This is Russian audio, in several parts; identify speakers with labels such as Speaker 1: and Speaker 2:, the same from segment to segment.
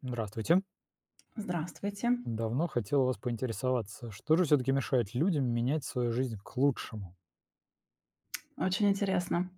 Speaker 1: Здравствуйте.
Speaker 2: Здравствуйте.
Speaker 1: Давно хотел вас поинтересоваться, что же все-таки мешает людям менять свою жизнь к лучшему?
Speaker 2: Очень интересно.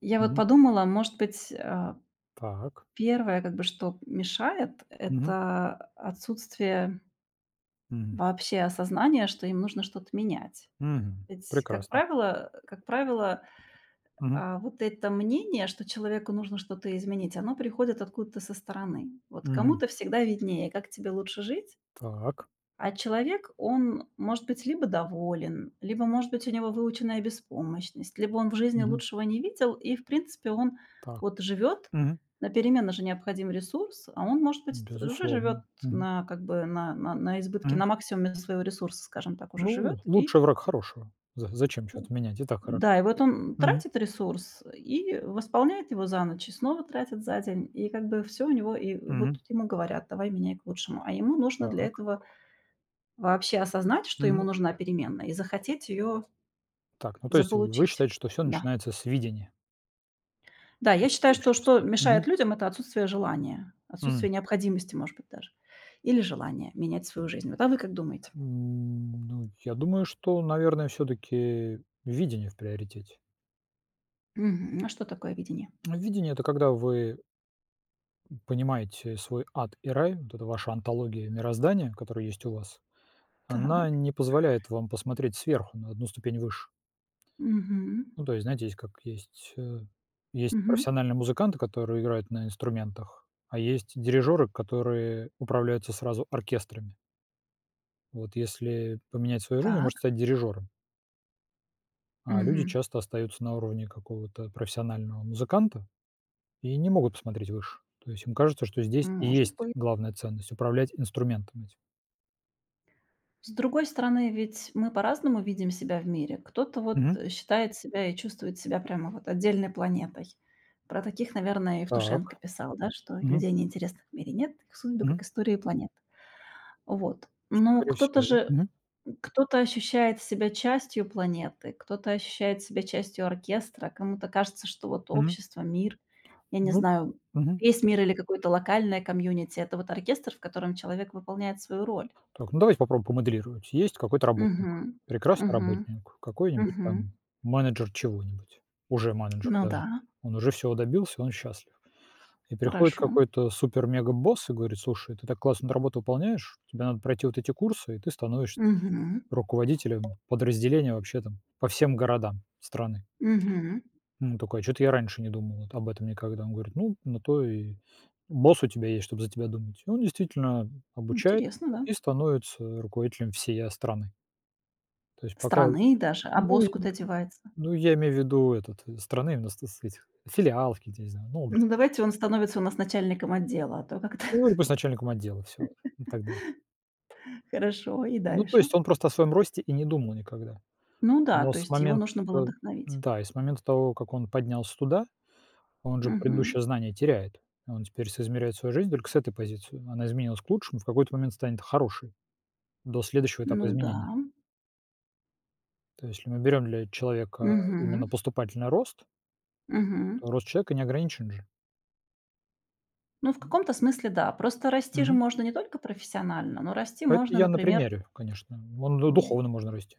Speaker 2: Я вот
Speaker 1: Мгм.
Speaker 2: подумала, может быть,
Speaker 1: Так.
Speaker 2: первое, как бы, что мешает,
Speaker 1: Мгм.
Speaker 2: это отсутствие
Speaker 1: Мгм.
Speaker 2: вообще осознания, что им нужно что-то менять.
Speaker 1: Мгм.
Speaker 2: Ведь, как
Speaker 1: Прекрасно.
Speaker 2: правило, как правило,
Speaker 1: Мгм.
Speaker 2: а, вот это мнение, что человеку нужно что-то изменить, оно приходит откуда-то со стороны. Вот
Speaker 1: Мгм.
Speaker 2: кому-то всегда виднее, как тебе лучше жить.
Speaker 1: Так.
Speaker 2: А человек, он может быть либо доволен, либо, может быть, у него выученная беспомощность, либо он в жизни
Speaker 1: Мгм.
Speaker 2: лучшего не видел, и, в принципе, он
Speaker 1: Так.
Speaker 2: вот живет,
Speaker 1: Мгм.
Speaker 2: на перемены же необходим ресурс, а он, может быть, уже живет
Speaker 1: Безусловно. Мгм.
Speaker 2: на, как бы, на избытке,
Speaker 1: Мгм.
Speaker 2: на максимуме своего ресурса, скажем так, уже
Speaker 1: Ну,
Speaker 2: живет. И
Speaker 1: лучший враг хорошего. Зачем что-то менять? И так хорошо.
Speaker 2: да, и вот он
Speaker 1: Мгм.
Speaker 2: тратит ресурс и восполняет его за ночь, и снова тратит за день, и как бы все у него, и вот
Speaker 1: Мгм.
Speaker 2: тут ему говорят, давай меняй к лучшему. А ему нужно для
Speaker 1: Так.
Speaker 2: этого вообще осознать, что ему
Speaker 1: Мгм.
Speaker 2: нужна переменная, и захотеть ее
Speaker 1: Так. Ну, то есть вы
Speaker 2: заполучить.
Speaker 1: считаете, что все
Speaker 2: Да.
Speaker 1: начинается с видения?
Speaker 2: Да, я
Speaker 1: То есть
Speaker 2: считаю, что
Speaker 1: вообще,
Speaker 2: что мешает
Speaker 1: в
Speaker 2: людям — это отсутствие желания,
Speaker 1: Мгм.
Speaker 2: отсутствие необходимости, может быть, даже, или желание менять свою жизнь. Вот, а вы как думаете?
Speaker 1: Ну, я думаю, что, наверное, все таки видение в приоритете.
Speaker 2: Мгм. А что такое видение?
Speaker 1: Видение - это когда вы понимаете свой ад и рай, вот это ваша антология мироздания, которая есть у вас,
Speaker 2: Так.
Speaker 1: она не позволяет вам посмотреть сверху, на одну ступень выше.
Speaker 2: Мгм.
Speaker 1: Ну, то есть, знаете, есть как есть, есть
Speaker 2: Мгм.
Speaker 1: профессиональные музыканты, которые играют на инструментах, а есть дирижеры, которые управляются сразу оркестрами. Вот если поменять свою жизнь, вы
Speaker 2: Так.
Speaker 1: можете стать дирижером. А люди
Speaker 2: Мгм.
Speaker 1: часто остаются на уровне какого-то профессионального музыканта и не могут посмотреть выше. То есть им кажется, что здесь и
Speaker 2: Может
Speaker 1: есть
Speaker 2: быть.
Speaker 1: главная ценность - управлять инструментом этим.
Speaker 2: С другой стороны, ведь мы по-разному видим себя в мире. Кто-то вот
Speaker 1: Мгм.
Speaker 2: считает себя и чувствует себя прямо вот отдельной планетой. Про таких, наверное,
Speaker 1: Так.
Speaker 2: Евтушенко писал, да, что
Speaker 1: Мгм.
Speaker 2: людей неинтересных в мире нет, их судьбы
Speaker 1: Мгм.
Speaker 2: как истории планет. Вот. Но
Speaker 1: Скорее
Speaker 2: кто-то
Speaker 1: всего.
Speaker 2: же,
Speaker 1: Мгм.
Speaker 2: кто-то ощущает себя частью планеты, кто-то ощущает себя частью оркестра, кому-то кажется, что вот
Speaker 1: Мгм.
Speaker 2: общество, мир, я не
Speaker 1: Ну.
Speaker 2: знаю,
Speaker 1: Мгм.
Speaker 2: весь мир или какое-то локальное комьюнити, это вот оркестр, в котором человек выполняет свою роль.
Speaker 1: Так, ну давайте попробуем помоделировать. Есть какой-то работник,
Speaker 2: Мгм.
Speaker 1: прекрасный
Speaker 2: Мгм.
Speaker 1: работник, какой-нибудь
Speaker 2: Мгм.
Speaker 1: там менеджер чего-нибудь, уже менеджер
Speaker 2: Ну да,
Speaker 1: даже. Он уже всего добился, он счастлив. И приходит
Speaker 2: хорошо.
Speaker 1: какой-то супер-мега-босс и говорит: "Слушай, ты так классно работу выполняешь, тебе надо пройти вот эти курсы, и ты становишься
Speaker 2: Мгм.
Speaker 1: руководителем подразделения вообще там по всем городам страны".
Speaker 2: Мгм.
Speaker 1: Ну такой: что то я раньше не думал вот об этом никогда". Он говорит: "Ну, на то и босс у тебя есть, чтобы за тебя думать". И он действительно обучает
Speaker 2: Интересно, да?
Speaker 1: и становится руководителем всей, а, страны. То есть пока
Speaker 2: Страны даже. А
Speaker 1: ну,
Speaker 2: босс
Speaker 1: и
Speaker 2: куда девается?
Speaker 1: ну, я имею в виду этот, страны, именно с этих филиалов я не знаю, ну,
Speaker 2: Ну,
Speaker 1: образно.
Speaker 2: давайте он становится у нас начальником отдела, а то как-то
Speaker 1: Ну, или пусть начальником отдела, все и так далее.
Speaker 2: хорошо. И
Speaker 1: Ну, то
Speaker 2: дальше?
Speaker 1: есть он просто о своем росте и не думал никогда.
Speaker 2: Ну да,
Speaker 1: Но
Speaker 2: то
Speaker 1: с
Speaker 2: есть его
Speaker 1: момента
Speaker 2: нужно было вдохновить.
Speaker 1: да, и с момента того, как он поднялся туда, он же
Speaker 2: Мгм.
Speaker 1: предыдущее знание теряет. Он теперь соизмеряет свою жизнь только с этой позиции. Она изменилась к лучшему, в какой-то момент станет хорошей до следующего этапа
Speaker 2: Ну да.
Speaker 1: изменений. То есть, если мы берем для человека именно
Speaker 2: Мгм.
Speaker 1: поступательный рост,
Speaker 2: Мгм.
Speaker 1: то рост человека не ограничен же.
Speaker 2: Ну, в
Speaker 1: М,
Speaker 2: каком-то смысле да. Просто расти же
Speaker 1: мгм.
Speaker 2: можно не только профессионально, но расти
Speaker 1: А это
Speaker 2: можно,
Speaker 1: я на
Speaker 2: например,
Speaker 1: примере, конечно. Он ду духовно можно расти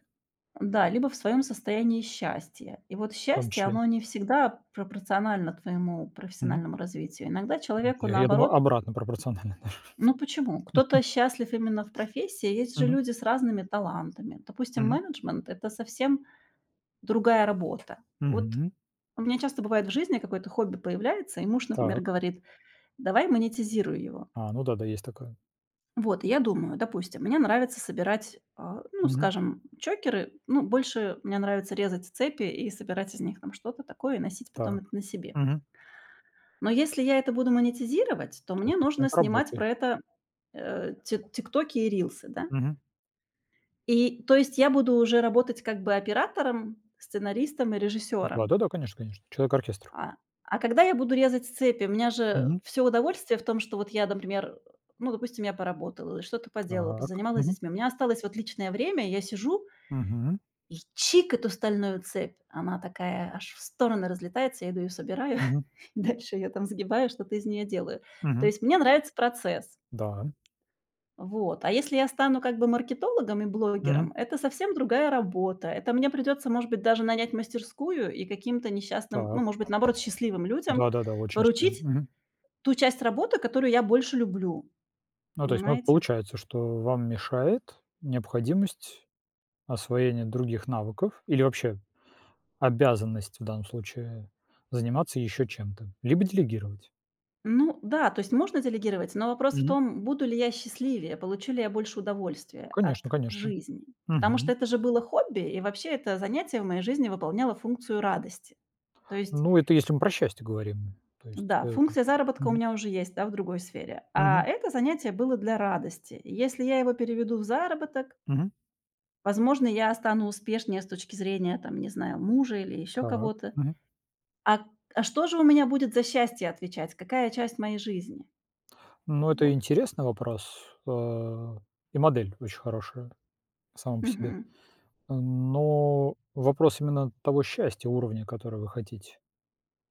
Speaker 2: да, либо в своем состоянии счастья. И вот
Speaker 1: в том
Speaker 2: счастье,
Speaker 1: числе.
Speaker 2: оно не всегда пропорционально твоему
Speaker 1: Мгм.
Speaker 2: профессиональному развитию. Иногда человеку
Speaker 1: Я думаю,
Speaker 2: наоборот,
Speaker 1: обратно пропорционально
Speaker 2: ну почему? Кто-то счастлив именно в профессии, а есть же
Speaker 1: Мгм.
Speaker 2: люди с разными талантами. Допустим,
Speaker 1: Мгм.
Speaker 2: менеджмент — это совсем другая работа. Вот
Speaker 1: Мгм.
Speaker 2: у меня часто бывает в жизни какое-то хобби появляется, и муж, например,
Speaker 1: Так.
Speaker 2: говорит, давай монетизируй его.
Speaker 1: А, ну да-да, есть такое.
Speaker 2: Вот, и я думаю, допустим, мне нравится собирать, а, ну,
Speaker 1: Мгм.
Speaker 2: скажем, чокеры, ну, больше мне нравится резать цепи и собирать из них там что-то такое и носить потом
Speaker 1: Так.
Speaker 2: это на себе.
Speaker 1: Мгм.
Speaker 2: Но если я это буду монетизировать, то
Speaker 1: То
Speaker 2: мне
Speaker 1: есть
Speaker 2: нужно
Speaker 1: инструмент
Speaker 2: снимать
Speaker 1: работы.
Speaker 2: про это тиктоки и рилсы, да?
Speaker 1: Мгм.
Speaker 2: И то есть я буду уже работать как бы оператором, сценаристом и
Speaker 1: Да,
Speaker 2: режиссером.
Speaker 1: да-да, конечно конечно. Человек-оркестр.
Speaker 2: А а когда я буду резать цепи? У меня же
Speaker 1: Мгм.
Speaker 2: все удовольствие в том, что вот я, например, ну, допустим, я поработала или что-то поделала,
Speaker 1: Так.
Speaker 2: позанималась с
Speaker 1: Мгм.
Speaker 2: детьми. У меня осталось вот личное время, я сижу
Speaker 1: Мгм.
Speaker 2: и чик эту стальную цепь. Она такая аж в стороны разлетается, я иду ее собираю,
Speaker 1: Мгм.
Speaker 2: и дальше я там сгибаю, что-то из нее делаю. То
Speaker 1: Мгм.
Speaker 2: есть мне нравится процесс.
Speaker 1: Да.
Speaker 2: Вот. А если я стану как бы маркетологом и
Speaker 1: Мгм.
Speaker 2: блогером, это совсем другая работа. Это мне придется, может быть, даже нанять мастерскую и каким-то несчастным, ну,
Speaker 1: Так.
Speaker 2: может быть, наоборот, счастливым людям
Speaker 1: Да-да-да, очень сильно.
Speaker 2: поручить
Speaker 1: Мгм.
Speaker 2: ту часть работы, которую я больше люблю.
Speaker 1: Ну, то есть, ну,
Speaker 2: Понимаете?
Speaker 1: получается, что вам мешает необходимость освоения других навыков или вообще обязанность в данном случае заниматься еще чем-то, либо делегировать.
Speaker 2: Ну да, то есть можно делегировать, но вопрос в
Speaker 1: Мгм.
Speaker 2: том, буду ли я счастливее, получу ли я больше удовольствия
Speaker 1: Конечно
Speaker 2: от
Speaker 1: конечно.
Speaker 2: жизни. Потому что
Speaker 1: Мгм.
Speaker 2: это же было хобби, и вообще это занятие в моей жизни выполняло функцию радости. То есть
Speaker 1: Ну, это если мы про счастье говорим. То есть,
Speaker 2: да, функция заработка у
Speaker 1: мгм,
Speaker 2: меня уже есть, да, в другой сфере. А
Speaker 1: мгм,
Speaker 2: это занятие было для радости. Если я его переведу в заработок,
Speaker 1: мгм.
Speaker 2: возможно, я стану успешнее с точки зрения, там, не знаю, мужа или еще
Speaker 1: Так,
Speaker 2: кого-то.
Speaker 1: мгм.
Speaker 2: А, а что же у меня будет за счастье отвечать? Какая часть моей жизни?
Speaker 1: Ну, это
Speaker 2: Вот.
Speaker 1: интересный вопрос, э, и модель очень хорошая сама по себе.
Speaker 2: Мгм.
Speaker 1: Но вопрос именно того счастья, уровня, который вы хотите.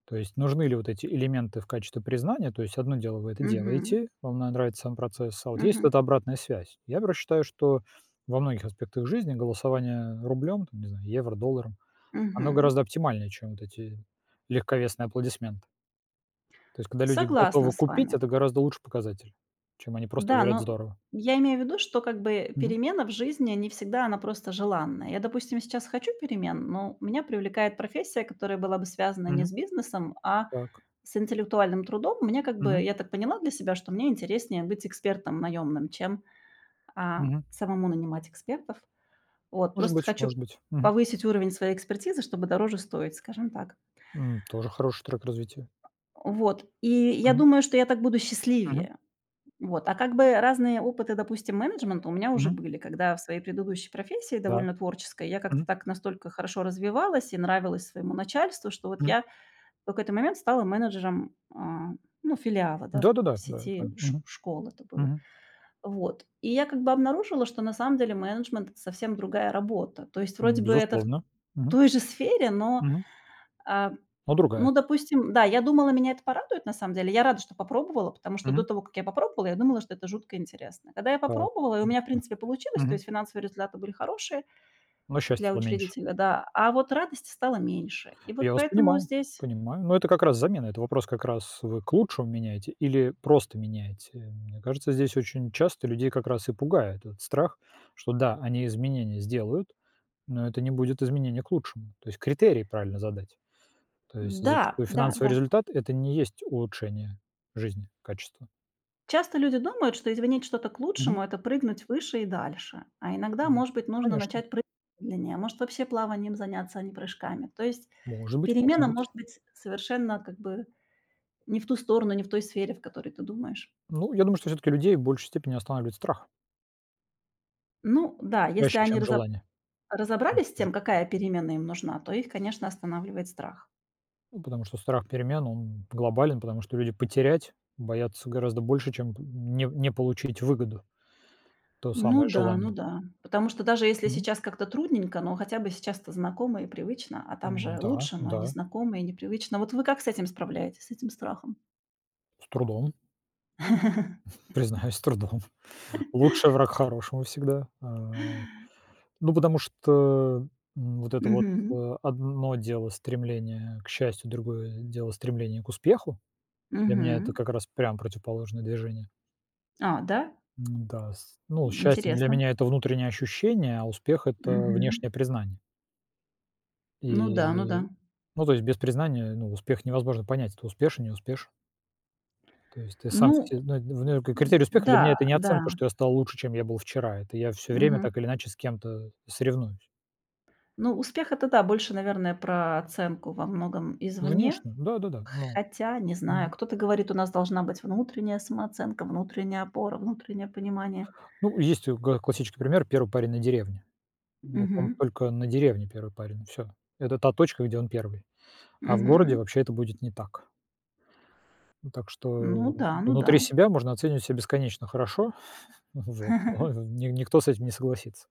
Speaker 1: То есть нужны ли вот эти элементы в качестве признания? То есть одно дело, вы это
Speaker 2: Мгм.
Speaker 1: делаете, вам на нравится сам процесс, а вот есть вот
Speaker 2: Мгм.
Speaker 1: эта обратная связь. Я, например, считаю, что во многих аспектах жизни голосование рублем, там, не знаю, евро, долларом. Оно
Speaker 2: Мгм.
Speaker 1: гораздо оптимальнее, чем вот эти легковесные аплодисменты. То есть когда люди
Speaker 2: Согласна
Speaker 1: готовы
Speaker 2: с
Speaker 1: купить,
Speaker 2: вами.
Speaker 1: это гораздо лучший показатель, чем они просто
Speaker 2: Да,
Speaker 1: говорят:
Speaker 2: но
Speaker 1: "Здорово".
Speaker 2: я имею в виду, что как бы
Speaker 1: Мгм,
Speaker 2: перемена в жизни не всегда она просто желанная. Я, допустим, сейчас хочу перемен, но меня привлекает профессия, которая была бы связана не
Speaker 1: мгм,
Speaker 2: с бизнесом, а
Speaker 1: так,
Speaker 2: с интеллектуальным трудом. Мне как бы,
Speaker 1: мгм,
Speaker 2: я так поняла для себя, что мне интереснее быть экспертом наемным, чем а,
Speaker 1: мгм.
Speaker 2: самому нанимать экспертов. Вот,
Speaker 1: Может
Speaker 2: просто
Speaker 1: быть,
Speaker 2: хочу
Speaker 1: может быть. Мгм.
Speaker 2: повысить уровень своей экспертизы, чтобы дороже стоить, скажем так.
Speaker 1: Тоже хороший трек развития.
Speaker 2: Вот. И я
Speaker 1: Мгм,
Speaker 2: думаю, что я так буду
Speaker 1: мгм,
Speaker 2: счастливее. Вот, а как бы разные опыты, допустим, менеджмента у меня уже
Speaker 1: мгм.
Speaker 2: были, когда в своей предыдущей профессии,
Speaker 1: Да.
Speaker 2: довольно творческой, я как-то
Speaker 1: Мгм,
Speaker 2: так настолько хорошо развивалась и нравилась своему начальству, что вот
Speaker 1: мгм.
Speaker 2: я в какой-то момент стала менеджером, а, ну, филиала, да, в
Speaker 1: Да-да-да, да, я
Speaker 2: сети
Speaker 1: понял. Мгм,
Speaker 2: школ это было.
Speaker 1: мгм.
Speaker 2: Вот. И я как бы обнаружила, что на самом деле менеджмент — это совсем другая работа. То есть вроде бы это в
Speaker 1: Безусловно. Мгм,
Speaker 2: той же сфере, но
Speaker 1: мгм.
Speaker 2: а,
Speaker 1: Но другая.
Speaker 2: ну, допустим, да, я думала, меня это порадует на самом деле. Я рада, что попробовала, потому что до
Speaker 1: Мгм.
Speaker 2: того, как я попробовала, я думала, что это жутко интересно. Когда я
Speaker 1: Так.
Speaker 2: попробовала, и у меня, в
Speaker 1: Да.
Speaker 2: принципе, получилось, то
Speaker 1: Мгм.
Speaker 2: есть финансовые результаты были хорошие
Speaker 1: Но счастья
Speaker 2: для
Speaker 1: стало меньше.
Speaker 2: учредителя, да, а вот радости стало меньше. И вот
Speaker 1: Я вас
Speaker 2: поэтому
Speaker 1: понимаю,
Speaker 2: здесь
Speaker 1: понимаю. Но это как раз замена. Это вопрос как раз вы к лучшему меняете или просто меняете. Мне кажется, здесь очень часто людей как раз и пугает этот страх, что да, они изменения сделают, но это не будет изменение к лучшему. То есть критерии правильно задать. То есть
Speaker 2: да,
Speaker 1: зачастую
Speaker 2: да,
Speaker 1: финансовый
Speaker 2: да.
Speaker 1: результат - это не есть улучшение жизни, качества.
Speaker 2: Часто люди думают, что изменить что-то к
Speaker 1: Мгм.
Speaker 2: лучшему — это прыгнуть выше и дальше. А иногда,
Speaker 1: М,
Speaker 2: может быть, нужно
Speaker 1: конечно.
Speaker 2: начать прыгать медленнее, а может, вообще плаванием заняться, а не прыжками. То есть
Speaker 1: Может быть, может
Speaker 2: перемена
Speaker 1: быть.
Speaker 2: может быть совершенно как бы не в ту сторону, не в той сфере, в которой ты думаешь.
Speaker 1: Ну, я думаю, что все таки людей в большей степени останавливает страх
Speaker 2: Ну да, если
Speaker 1: чаще,
Speaker 2: они
Speaker 1: чем желание.
Speaker 2: разобрались с тем, какая переменная им нужна, то их, конечно, останавливает страх.
Speaker 1: Ну, потому что страх перемен, он глобален, потому что люди потерять боятся гораздо больше, чем не получить выгоду, то
Speaker 2: Ну
Speaker 1: самое
Speaker 2: да, ну
Speaker 1: желание.
Speaker 2: да. Потому что даже если
Speaker 1: Мгм.
Speaker 2: сейчас как-то трудненько, но хотя бы сейчас-то знакомо и привычно, а там же
Speaker 1: Да,
Speaker 2: лучше, но
Speaker 1: да,
Speaker 2: незнакомо и непривычно. Вот вы как с этим справляетесь, с этим страхом?
Speaker 1: с трудом, признаюсь, с трудом. Лучший враг хорошему всегда. А, ну, потому что, вот это вот,
Speaker 2: Мгм.
Speaker 1: одно дело стремление к счастью, другое дело стремление к успеху. Для меня это
Speaker 2: Мгм.
Speaker 1: как раз прям противоположное движение.
Speaker 2: А, да?
Speaker 1: М-да, с ну, счастье для
Speaker 2: Интересно.
Speaker 1: меня - это внутреннее ощущение, а успех - это
Speaker 2: Мгм.
Speaker 1: внешнее признание.
Speaker 2: Ну да, ну
Speaker 1: И,
Speaker 2: да.
Speaker 1: ну, то есть без признания, ну, успех невозможно понять, ты успешен, не успешен. То есть ты сам
Speaker 2: Ну,
Speaker 1: се ну, это, ну, к
Speaker 2: м,
Speaker 1: критерий успеха для
Speaker 2: да,
Speaker 1: меня - это не
Speaker 2: да.
Speaker 1: оценка, что я стал лучше, чем я был вчера. Это я все время
Speaker 2: Мгм.
Speaker 1: так или иначе с кем-то соревнуюсь.
Speaker 2: Ну, успех — это да, больше, наверное, про оценку во многом извне.
Speaker 1: Внешне, да-да-да. Ну,
Speaker 2: Хотя, не знаю,
Speaker 1: мгм.
Speaker 2: кто-то говорит, у нас должна быть внутренняя самооценка, внутренняя опора, внутреннее понимание.
Speaker 1: Ну, есть га классический пример - первый парень на деревне. Ну, вот он
Speaker 2: Мгм.
Speaker 1: только на деревне первый парень, все. Это та точка, где он первый. А в городе
Speaker 2: Мгм.
Speaker 1: вообще это будет не так. Ну, так
Speaker 2: Ну
Speaker 1: что
Speaker 2: да, ну да.
Speaker 1: внутри себя можно оценивать себя бесконечно хорошо, вот, но ни никто с этим не согласится.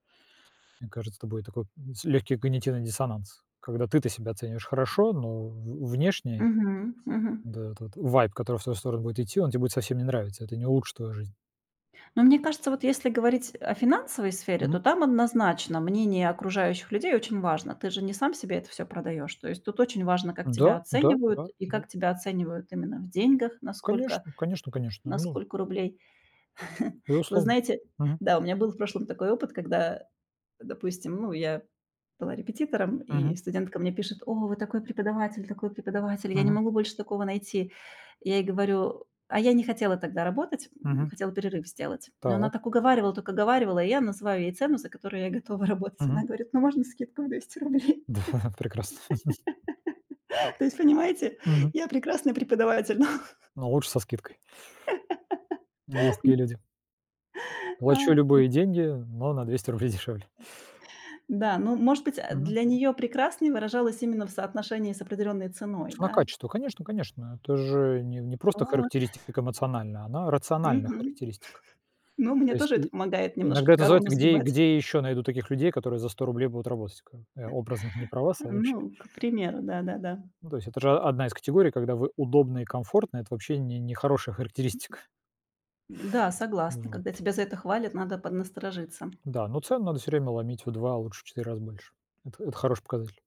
Speaker 1: Мне кажется, это будет такой легкий когнитивный диссонанс, когда ты-то себя оцениваешь хорошо, но в внешне,
Speaker 2: Мгм. Мгм.
Speaker 1: да, этот вайб, который в твою сторону будет идти, он тебе будет совсем не нравиться, это не улучшит твою жизнь.
Speaker 2: Но мне кажется, вот если говорить о финансовой сфере,
Speaker 1: Мгм.
Speaker 2: то там однозначно мнение окружающих людей очень важно. Ты же не сам себе это все продаешь. То есть тут очень важно, как
Speaker 1: Да,
Speaker 2: тебя
Speaker 1: да,
Speaker 2: оценивают
Speaker 1: да,
Speaker 2: и
Speaker 1: да.
Speaker 2: как тебя оценивают именно в деньгах, насколько, сколько
Speaker 1: Конечно, конечно, конечно.
Speaker 2: на
Speaker 1: Ну,
Speaker 2: сколько рублей. Вы
Speaker 1: безусловно.
Speaker 2: знаете,
Speaker 1: Мгм.
Speaker 2: да, у меня был в прошлом такой опыт, когда, допустим, ну, я была репетитором, и
Speaker 1: Мгм.
Speaker 2: студентка мне пишет: "О, вы такой преподаватель, я не
Speaker 1: Мгм.
Speaker 2: могу больше такого найти". Я ей говорю: "А я не хотела тогда работать,
Speaker 1: Мгм.
Speaker 2: хотела перерыв сделать". Но она
Speaker 1: Так.
Speaker 2: так уговаривала, и я называю ей цену, за которую я готова работать. Она
Speaker 1: Мгм.
Speaker 2: говорит: "Ну, можно скидку в 200 рублей?"
Speaker 1: Да, прекрасно.
Speaker 2: То есть, понимаете,
Speaker 1: Мгм.
Speaker 2: я прекрасный преподаватель.
Speaker 1: Но лучше со скидкой. Есть такие люди.
Speaker 2: А,
Speaker 1: Плачу любые деньги, но на 200 рублей дешевле.
Speaker 2: да, ну, может быть, а,
Speaker 1: Мгм.
Speaker 2: для нее прекрасный выражалось именно в соотношении с определенной ценой,
Speaker 1: На
Speaker 2: да.
Speaker 1: качество, конечно конечно. Это же не просто
Speaker 2: Вот,
Speaker 1: характеристика эмоциональная, она рациональная
Speaker 2: мгм.
Speaker 1: характеристика.
Speaker 2: Ну, мне
Speaker 1: То есть
Speaker 2: тоже это
Speaker 1: и
Speaker 2: помогает немножко
Speaker 1: иногда это
Speaker 2: корону
Speaker 1: называется: "Где
Speaker 2: сбивать.
Speaker 1: где еще найду таких людей, которые за 100 рублей будут работать?" Как бы. Я образно, не про вас, а вообще.
Speaker 2: Ну, к примеру, да-да-да.
Speaker 1: Ну, то есть это же одна из категорий, когда вы удобны и комфортны. Это вообще не хорошая характеристика.
Speaker 2: Да, согласна.
Speaker 1: Вот.
Speaker 2: Когда тебя за это хвалят, надо поднасторожиться.
Speaker 1: Да, но цену надо все время ломить в 2, а лучше в 4 раза больше. Это хороший показатель.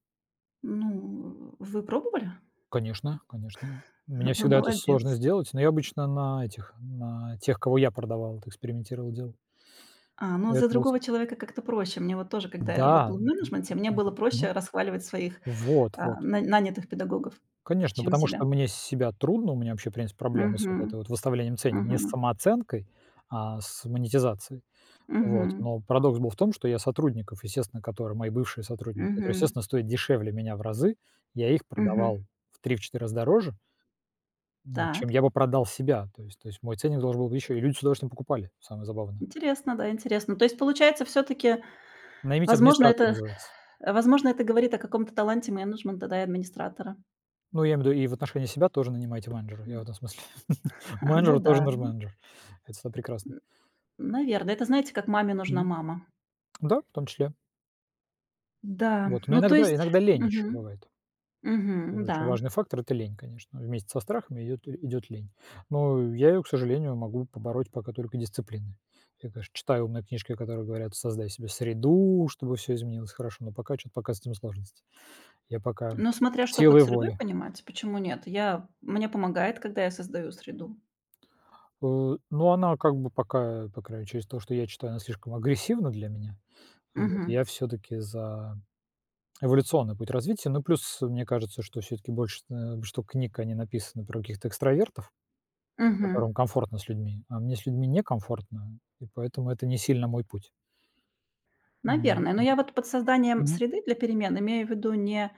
Speaker 2: Ну, вы пробовали?
Speaker 1: Конечно конечно. Мне
Speaker 2: Вы
Speaker 1: всегда это сложно
Speaker 2: молодец.
Speaker 1: сделать, но я обычно на этих, на тех, кого я продавал, это экспериментировал, делал.
Speaker 2: А, ну,
Speaker 1: Это
Speaker 2: за
Speaker 1: было.
Speaker 2: другого человека как-то проще. Мне вот тоже, когда я
Speaker 1: Да,
Speaker 2: работала в менеджменте, мне
Speaker 1: м,
Speaker 2: было проще расхваливать своих,
Speaker 1: вот,
Speaker 2: а,
Speaker 1: вот.
Speaker 2: на нанятых педагогов,
Speaker 1: Конечно,
Speaker 2: чем
Speaker 1: потому
Speaker 2: себя.
Speaker 1: что мне с себя трудно, у меня вообще, в принципе, проблемы с вот
Speaker 2: Мгм,
Speaker 1: этой вот выставлением цен, не
Speaker 2: мгм,
Speaker 1: с самооценкой, а с монетизацией. Вот.
Speaker 2: мгм,
Speaker 1: Но парадокс был в том, что я сотрудников, естественно, которые мои бывшие сотрудники, которые,
Speaker 2: мгм,
Speaker 1: естественно, стоят дешевле меня в разы, я их
Speaker 2: мгм.
Speaker 1: продавал в 3 четыре раза дороже, ну, чем
Speaker 2: Так,
Speaker 1: я бы продал себя. То есть мой ценник должен был быть еще, и люди с удовольствием покупали, самое забавное.
Speaker 2: интересно, да, интересно. То есть, получается, все таки
Speaker 1: "Наймите
Speaker 2: Возможно,
Speaker 1: администратора"
Speaker 2: это
Speaker 1: называется.
Speaker 2: возможно, это говорит о каком-то таланте менеджмента, да, и администратора.
Speaker 1: Ну, я имею в виду и в отношении себя тоже нанимайте менеджера. Я в
Speaker 2: М.
Speaker 1: этом смысле.
Speaker 2: Ну
Speaker 1: Менеджеру тоже
Speaker 2: да,
Speaker 1: нужен менеджер. Это всегда прекрасно.
Speaker 2: наверное. Это, знаете, как маме нужна
Speaker 1: Мгм.
Speaker 2: мама.
Speaker 1: Да, в том числе.
Speaker 2: Да,
Speaker 1: Вот. Но
Speaker 2: ну, то
Speaker 1: иногда
Speaker 2: есть
Speaker 1: иногда лень еще
Speaker 2: мгм.
Speaker 1: бывает.
Speaker 2: Мгм,
Speaker 1: Тоже очень
Speaker 2: да.
Speaker 1: важный фактор - это лень, конечно. Вместе со страхами идет лень. Но я ее, к сожалению, могу побороть пока только дисциплиной. Я, конечно, читаю умные книжки, которые говорят: "Создай себе среду, чтобы все изменилось хорошо". Но пока что то пока с этим сложности. Я пока
Speaker 2: Но смотря что под
Speaker 1: силой
Speaker 2: средой
Speaker 1: воли.
Speaker 2: понимать, почему нет? Я мне помогает, когда я создаю среду.
Speaker 1: Ну, она как бы пока, по крайней мере, через то, что я читаю, она слишком агрессивна для меня. Вот
Speaker 2: Мгм.
Speaker 1: я все-таки за эволюционный путь развития. Ну, плюс, мне кажется, что все-таки больше, что книг, они написаны про каких-то экстравертов,
Speaker 2: Мгм.
Speaker 1: которым комфортно с людьми, а мне с людьми некомфортно, и поэтому это не сильно мой путь. Вот.
Speaker 2: Наверное. Но я вот под созданием
Speaker 1: Мгм.
Speaker 2: среды для перемен имею в виду не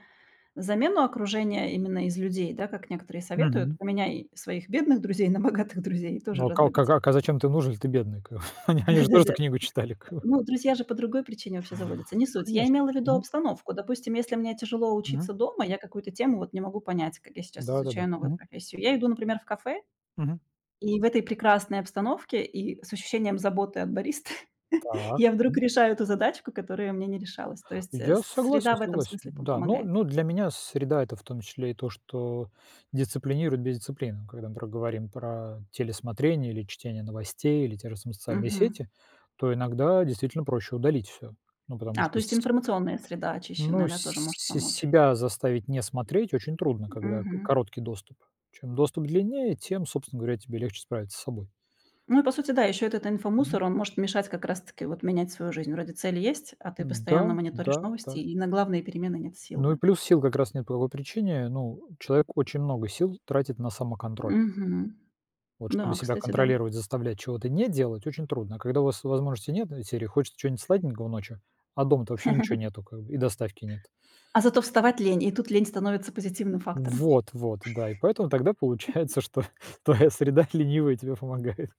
Speaker 2: замену окружения именно из людей, да, как некоторые советуют:
Speaker 1: Мгм.
Speaker 2: поменяй своих бедных друзей на богатых друзей и тоже
Speaker 1: Ну, а ка
Speaker 2: разбогатей.
Speaker 1: ка а зачем ты нужен, если ты бедный? Как бы они же тоже
Speaker 2: Да-да-да.
Speaker 1: эту книгу читали, как бы.
Speaker 2: Ну, друзья же по другой причине вообще заводятся. Не суть. Я
Speaker 1: Конечно.
Speaker 2: имела в виду
Speaker 1: Мгм.
Speaker 2: обстановку. Допустим, если мне тяжело
Speaker 1: Мгм.
Speaker 2: учиться дома, я какую-то тему вот не могу понять, как я сейчас
Speaker 1: Да-да-да.
Speaker 2: изучаю новую
Speaker 1: Мгм.
Speaker 2: профессию. Я иду, например, в кафе,
Speaker 1: Мгм.
Speaker 2: и в этой прекрасной обстановке и с ощущением заботы от баристы я
Speaker 1: Так.
Speaker 2: вдруг решаю эту задачку, которая мне не решалась. То есть, э, с
Speaker 1: Я
Speaker 2: среда
Speaker 1: согласен,
Speaker 2: в этом
Speaker 1: согласен.
Speaker 2: смысле
Speaker 1: Да,
Speaker 2: помогает.
Speaker 1: но для меня среда - это в том числе и то, что дисциплинирует бездисциплину. Когда мы про говорим про телесмотрение или чтение новостей, или те же самые социальные
Speaker 2: Мгм.
Speaker 1: сети, то иногда действительно проще удалить все. Ну, потому
Speaker 2: А, то
Speaker 1: что с
Speaker 2: есть информационная среда
Speaker 1: ну,
Speaker 2: очищенная, да, тоже может
Speaker 1: се
Speaker 2: помочь.
Speaker 1: себя заставить не смотреть очень трудно, когда к
Speaker 2: Мгм.
Speaker 1: короткий доступ. Чем доступ длиннее, тем, собственно говоря, тебе легче справиться с собой.
Speaker 2: Ну и по сути, да, еще этот
Speaker 1: Мгм.
Speaker 2: инфомусор, он может мешать как раз-таки вот менять свою жизнь. Вроде цели есть, а ты
Speaker 1: Да,
Speaker 2: постоянно
Speaker 1: да,
Speaker 2: мониторишь новости,
Speaker 1: да.
Speaker 2: и на главные перемены нет сил,
Speaker 1: Ну
Speaker 2: да.
Speaker 1: и плюс сил как раз нет по какой причине. Ну, человек очень много сил тратит на самоконтроль.
Speaker 2: Мгм.
Speaker 1: Вот чтобы
Speaker 2: Да,
Speaker 1: себя
Speaker 2: кстати, да.
Speaker 1: контролировать, заставлять чего-то не делать, очень трудно. А когда у вас возможности нет, из серии хочется чего-нибудь сладенького ночью, а дома-то вообще ничего нету, как бы, и доставки нет.
Speaker 2: А зато вставать лень, и тут лень становится позитивным фактором.
Speaker 1: Вот, вот, да. И поэтому тогда получается, что твоя среда ленивая тебе помогает.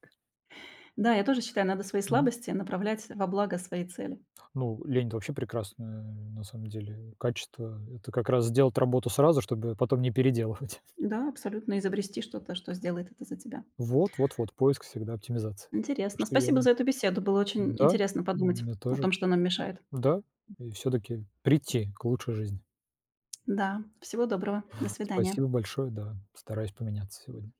Speaker 2: Да, я тоже считаю, надо свои
Speaker 1: Мгм.
Speaker 2: слабости направлять во благо своей цели.
Speaker 1: Ну, лень - это вообще прекрасное, на самом деле, качество. Это как раз сделать работу сразу, чтобы потом не переделывать.
Speaker 2: Да, абсолютно, изобрести что-то, что сделает это за тебя.
Speaker 1: Вот, вот, вот, поиск всегда оптимизации. Так
Speaker 2: Интересно.
Speaker 1: что я
Speaker 2: Спасибо
Speaker 1: думаю.
Speaker 2: за эту беседу. Было очень
Speaker 1: Да,
Speaker 2: интересно подумать
Speaker 1: мне
Speaker 2: о
Speaker 1: тоже.
Speaker 2: том, что нам мешает.
Speaker 1: Да, и все таки прийти к лучшей жизни.
Speaker 2: Да, всего доброго. До свидания.
Speaker 1: Спасибо большое, да. Стараюсь поменяться сегодня.